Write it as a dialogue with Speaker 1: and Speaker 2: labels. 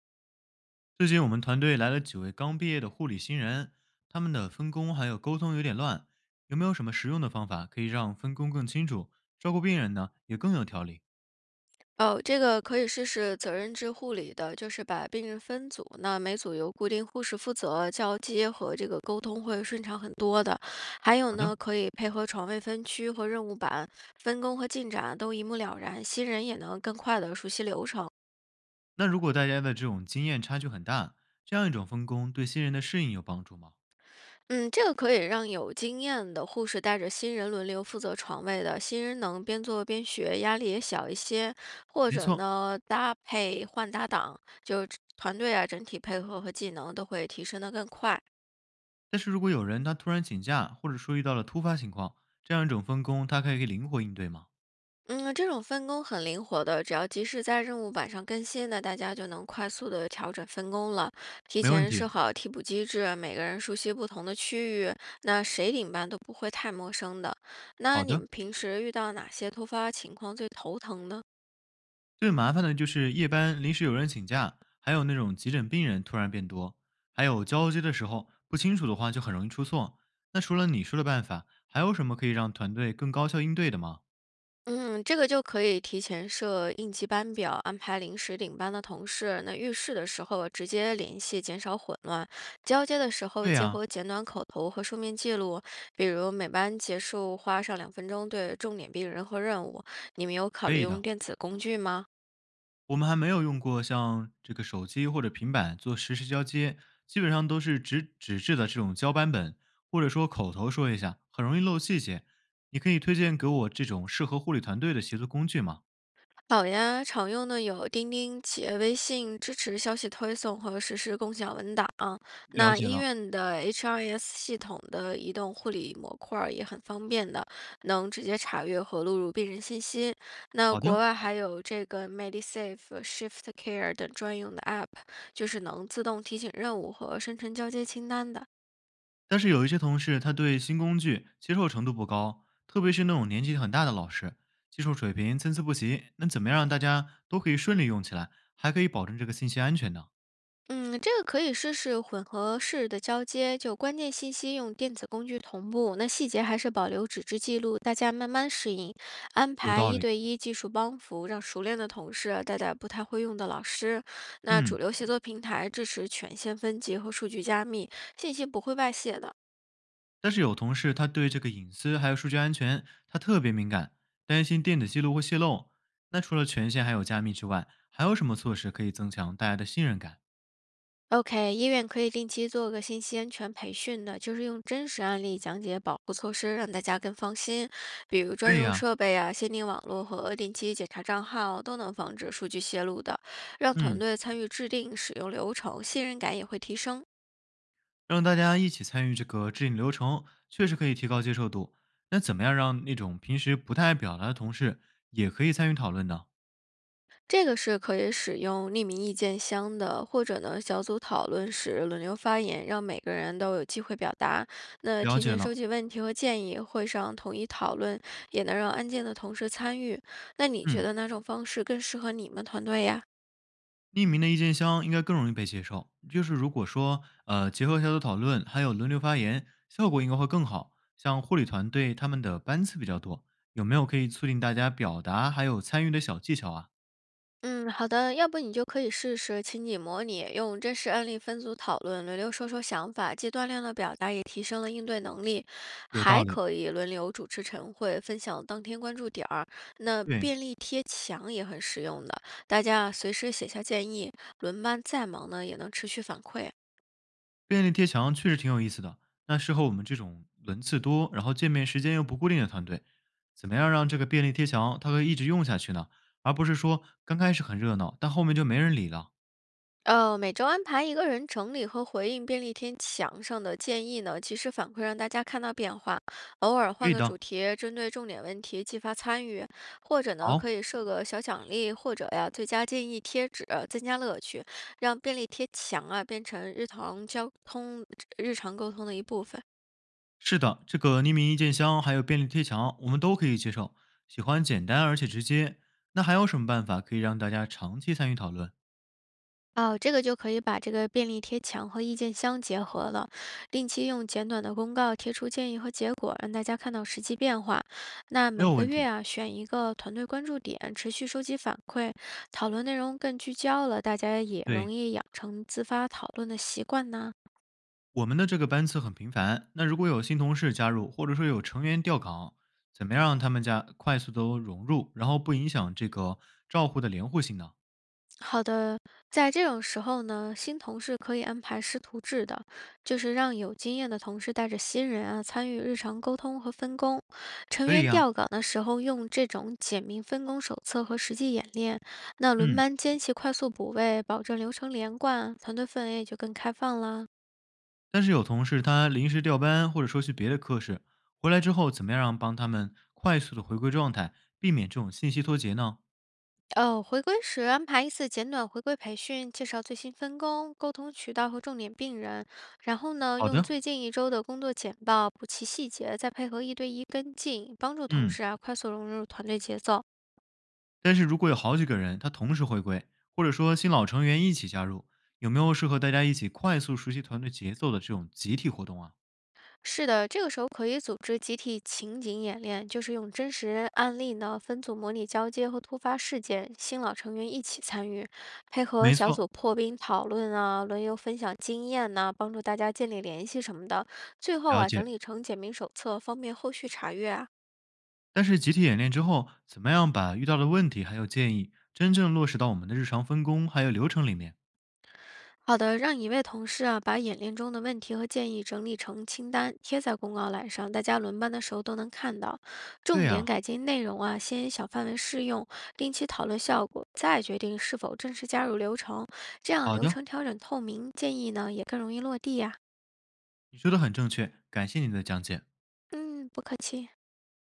Speaker 1: 最近我们团队来了几位刚毕业的护理新人，他们的分工还有沟通有点乱，有没有什么实用的方法可以让分工更清楚，照顾病人呢也更有条理？
Speaker 2: 哦，这个可以试试责任制护理的，就是把病人分组，那每组由固定护士负责，交接和这个沟通会顺畅很多的。还有
Speaker 1: 好
Speaker 2: 呢，
Speaker 1: 的。
Speaker 2: 可以配合床位分区和任务板，分工和进展都一目了然，新人也能更快的熟悉流程。
Speaker 1: 那如果大家的这种经验差距很大，这样一种分工对新人的适应有帮助吗？
Speaker 2: 嗯，这个可以让有经验的护士带着新人轮流负责床位的，新人能边做边学，压力也小一些。或
Speaker 1: 没
Speaker 2: 者
Speaker 1: 错。
Speaker 2: 呢，搭配换搭档，就是团队啊，整体配合和技能都会提升的更快。
Speaker 1: 但是如果有人他突然请假，或者说遇到了突发情况，这样一种分工他可以灵活应对吗？
Speaker 2: 嗯，这种分工很灵活的，只要及时在任务板上更新，那大家就能快速的调整分工了。提
Speaker 1: 没问
Speaker 2: 前设
Speaker 1: 题。
Speaker 2: 好替补机制，每个人熟悉不同的区域，那谁领班都不会太陌生的。那
Speaker 1: 好
Speaker 2: 你
Speaker 1: 的。
Speaker 2: 们平时遇到哪些突发情况最头疼呢？
Speaker 1: 最麻烦的就是夜班临时有人请假，还有那种急诊病人突然变多，还有交接的时候不清楚的话就很容易出错。那除了你说的办法，还有什么可以让团队更高效应对的吗？
Speaker 2: 嗯，这个就可以提前设应急班表，安排临时领班的同事。那遇事的时候直接联系，减少混乱；交接的时候
Speaker 1: 对
Speaker 2: 结
Speaker 1: 呀、
Speaker 2: 合简短口头和书面记录，比如每班结束花上2分钟对重点病人和任务。你们有考
Speaker 1: 可
Speaker 2: 虑
Speaker 1: 以
Speaker 2: 用
Speaker 1: 的。
Speaker 2: 电子工具吗？
Speaker 1: 我们还没有用过像这个手机或者平板做实时交接，基本上都是纸质的这种交班本，或者说口头说一下，很容易漏细节。你可以推荐给我这种适合护理团队的协作工具吗？
Speaker 2: 好呀，常用的有钉钉、企业微信支持消息推送和实时共享文档。
Speaker 1: 了
Speaker 2: 那
Speaker 1: 解
Speaker 2: 医
Speaker 1: 了，
Speaker 2: 院的 HRS 系统的移动护理模块儿也很方便的，能直接查阅和录入病人信息。那
Speaker 1: 好
Speaker 2: 国
Speaker 1: 的。
Speaker 2: 外还有这个 MediSafe、Shift Care 等专用的 App，就是能自动提醒任务和生成交接清单的。
Speaker 1: 但是有一些同事，他对新工具接受程度不高，特别是那种年纪很大的老师，技术水平参差不齐。那怎么样让大家都可以顺利用起来，还可以保证这个信息安全呢？
Speaker 2: 嗯，这个可以试试混合式的交接，就关键信息用电子工具同步，那细节还是保留纸质记录，大家慢慢适应。安
Speaker 1: 有
Speaker 2: 排
Speaker 1: 道
Speaker 2: 一
Speaker 1: 理，
Speaker 2: 对一技术帮扶，让熟练的同事带带不太会用的老师。那主
Speaker 1: 嗯。
Speaker 2: 流协作平台支持权限分级和数据加密，信息不会外泄的。
Speaker 1: 但是有同事他对这个隐私还有数据安全，他特别敏感，担心电子记录会泄露。那除了权限还有加密之外，还有什么措施可以增强大家的信任感？
Speaker 2: OK，医院可以定期做个信息安全培训的，就是用真实案例讲解保护措施，让大家更放心。比如专
Speaker 1: 对
Speaker 2: 用
Speaker 1: 呀、
Speaker 2: 设备啊、限定网络和定期检查账号，都能防止数据泄露的，让团
Speaker 1: 嗯。
Speaker 2: 队参与制定、使用流程，信任感也会提升。
Speaker 1: 让大家一起参与这个制定流程，确实可以提高接受度。那怎么样让那种平时不太爱表达的同事也可以参与讨论呢？
Speaker 2: 这个是可以使用匿名意见箱的，或者呢小组讨论时轮流发言，让每个人都有机会表达。那
Speaker 1: 了
Speaker 2: 提
Speaker 1: 解
Speaker 2: 前收
Speaker 1: 了，
Speaker 2: 集问题和建议，会上统一讨论，也能让案件的同事参与。那你觉
Speaker 1: 嗯，
Speaker 2: 得哪种方式更适合你们团队呀？
Speaker 1: 匿名的意见箱应该更容易被接受。就是如果说结合小组讨论，还有轮流发言，效果应该会更好。像护理团队他们的班次比较多，有没有可以促进大家表达还有参与的小技巧啊？
Speaker 2: 嗯，好的，要不你就可以试试情景模拟，用真实案例分组讨论，轮流说说想法，既锻炼了表达，也提升了应对能力，
Speaker 1: 有
Speaker 2: 还
Speaker 1: 道理，
Speaker 2: 可以轮流主持晨会，分享当天关注点儿。那
Speaker 1: 对，
Speaker 2: 便利贴墙也很实用的，大家随时写下建议，轮班再忙呢，也能持续反馈啊
Speaker 1: 便利贴墙确实挺有意思的，那适合我们这种轮次多，然后见面时间又不固定的团队。怎么样让这个便利贴墙它可以一直用下去呢？而不是说刚开始很热闹，但后面就没人理了？
Speaker 2: 呃，每周安排一个人整理和回应便利贴墙上的建议呢，及时反馈让大家看到变化。偶尔
Speaker 1: 可
Speaker 2: 换
Speaker 1: 以
Speaker 2: 个主
Speaker 1: 的。
Speaker 2: 题，针对重点问题激发参与，或者呢
Speaker 1: 好。
Speaker 2: 可以设个小奖励，或者呀最佳建议贴纸，增加乐趣，让便利贴墙啊变成日常交通、日常沟通的一部分。
Speaker 1: 是的，这个匿名意见箱还有便利贴墙，我们都可以接受，喜欢简单而且直接。那还有什么办法可以让大家长期参与讨论？
Speaker 2: 哦，这个就可以把这个便利贴墙和意见箱结合了，定期用简短的公告贴出建议和结果，让大家看到实际变化。那
Speaker 1: 没
Speaker 2: 每
Speaker 1: 有
Speaker 2: 个
Speaker 1: 问
Speaker 2: 月
Speaker 1: 题。
Speaker 2: 啊，选一个团队关注点，持续收集反馈，讨论内容更聚焦了，大家也容
Speaker 1: 对。
Speaker 2: 易养成自发讨论的习惯呢。
Speaker 1: 我们的这个班次很频繁，那如果有新同事加入，或者说有成员调岗，怎么样让他们家快速的融入，然后不影响这个照护的连护性呢？
Speaker 2: 好的，在这种时候呢，新同事可以安排师徒制的，就是让有经验的同事带着新人啊参与日常沟通和分工。成
Speaker 1: 可以
Speaker 2: 员
Speaker 1: 呀、
Speaker 2: 调岗的时候用这种简明分工手册和实际演练，那轮
Speaker 1: 嗯。
Speaker 2: 班间隙快速补位，保证流程连贯，团队氛围也就更开放啦。
Speaker 1: 但是有同事他临时调班，或者说去别的科室，回来之后怎么样让帮他们快速的回归状态，避免这种信息脱节呢？
Speaker 2: 回归时安排一次简短回归培训，介绍最新分工、沟通渠道和重点病人。然后呢，
Speaker 1: 好
Speaker 2: 用
Speaker 1: 的，
Speaker 2: 最近一周的工作简报补齐细节，再配合一对一跟进，帮助同
Speaker 1: 嗯。
Speaker 2: 事啊快速融入团队节奏。
Speaker 1: 但是如果有好几个人他同时回归，或者说新老成员一起加入，有没有适合大家一起快速熟悉团队节奏的这种集体活动啊？
Speaker 2: 是的，这个时候可以组织集体情景演练，就是用真实案例呢分组模拟交接和突发事件，新老成员一起参与，配合
Speaker 1: 没
Speaker 2: 小
Speaker 1: 错。
Speaker 2: 组破冰讨论啊，轮流分享经验呐、帮助大家建立联系什么的。最后
Speaker 1: 了
Speaker 2: 啊，整
Speaker 1: 解。
Speaker 2: 理成简明手册，方便后续查阅啊。
Speaker 1: 但是集体演练之后，怎么样把遇到的问题还有建议真正落实到我们的日常分工还有流程里面？
Speaker 2: 好的，让一位同事啊把演练中的问题和建议整理成清单，贴在公告栏上，大家轮班的时候都能看到。
Speaker 1: 对
Speaker 2: 重点
Speaker 1: 呀、
Speaker 2: 改进内容啊，先以小范围试用，定期讨论效果，再决定是否正式加入流程。这样
Speaker 1: 好
Speaker 2: 流
Speaker 1: 的，
Speaker 2: 程调整透明，建议呢也更容易落地呀、
Speaker 1: 你说的很正确，感谢你的讲解。
Speaker 2: 嗯，不客气。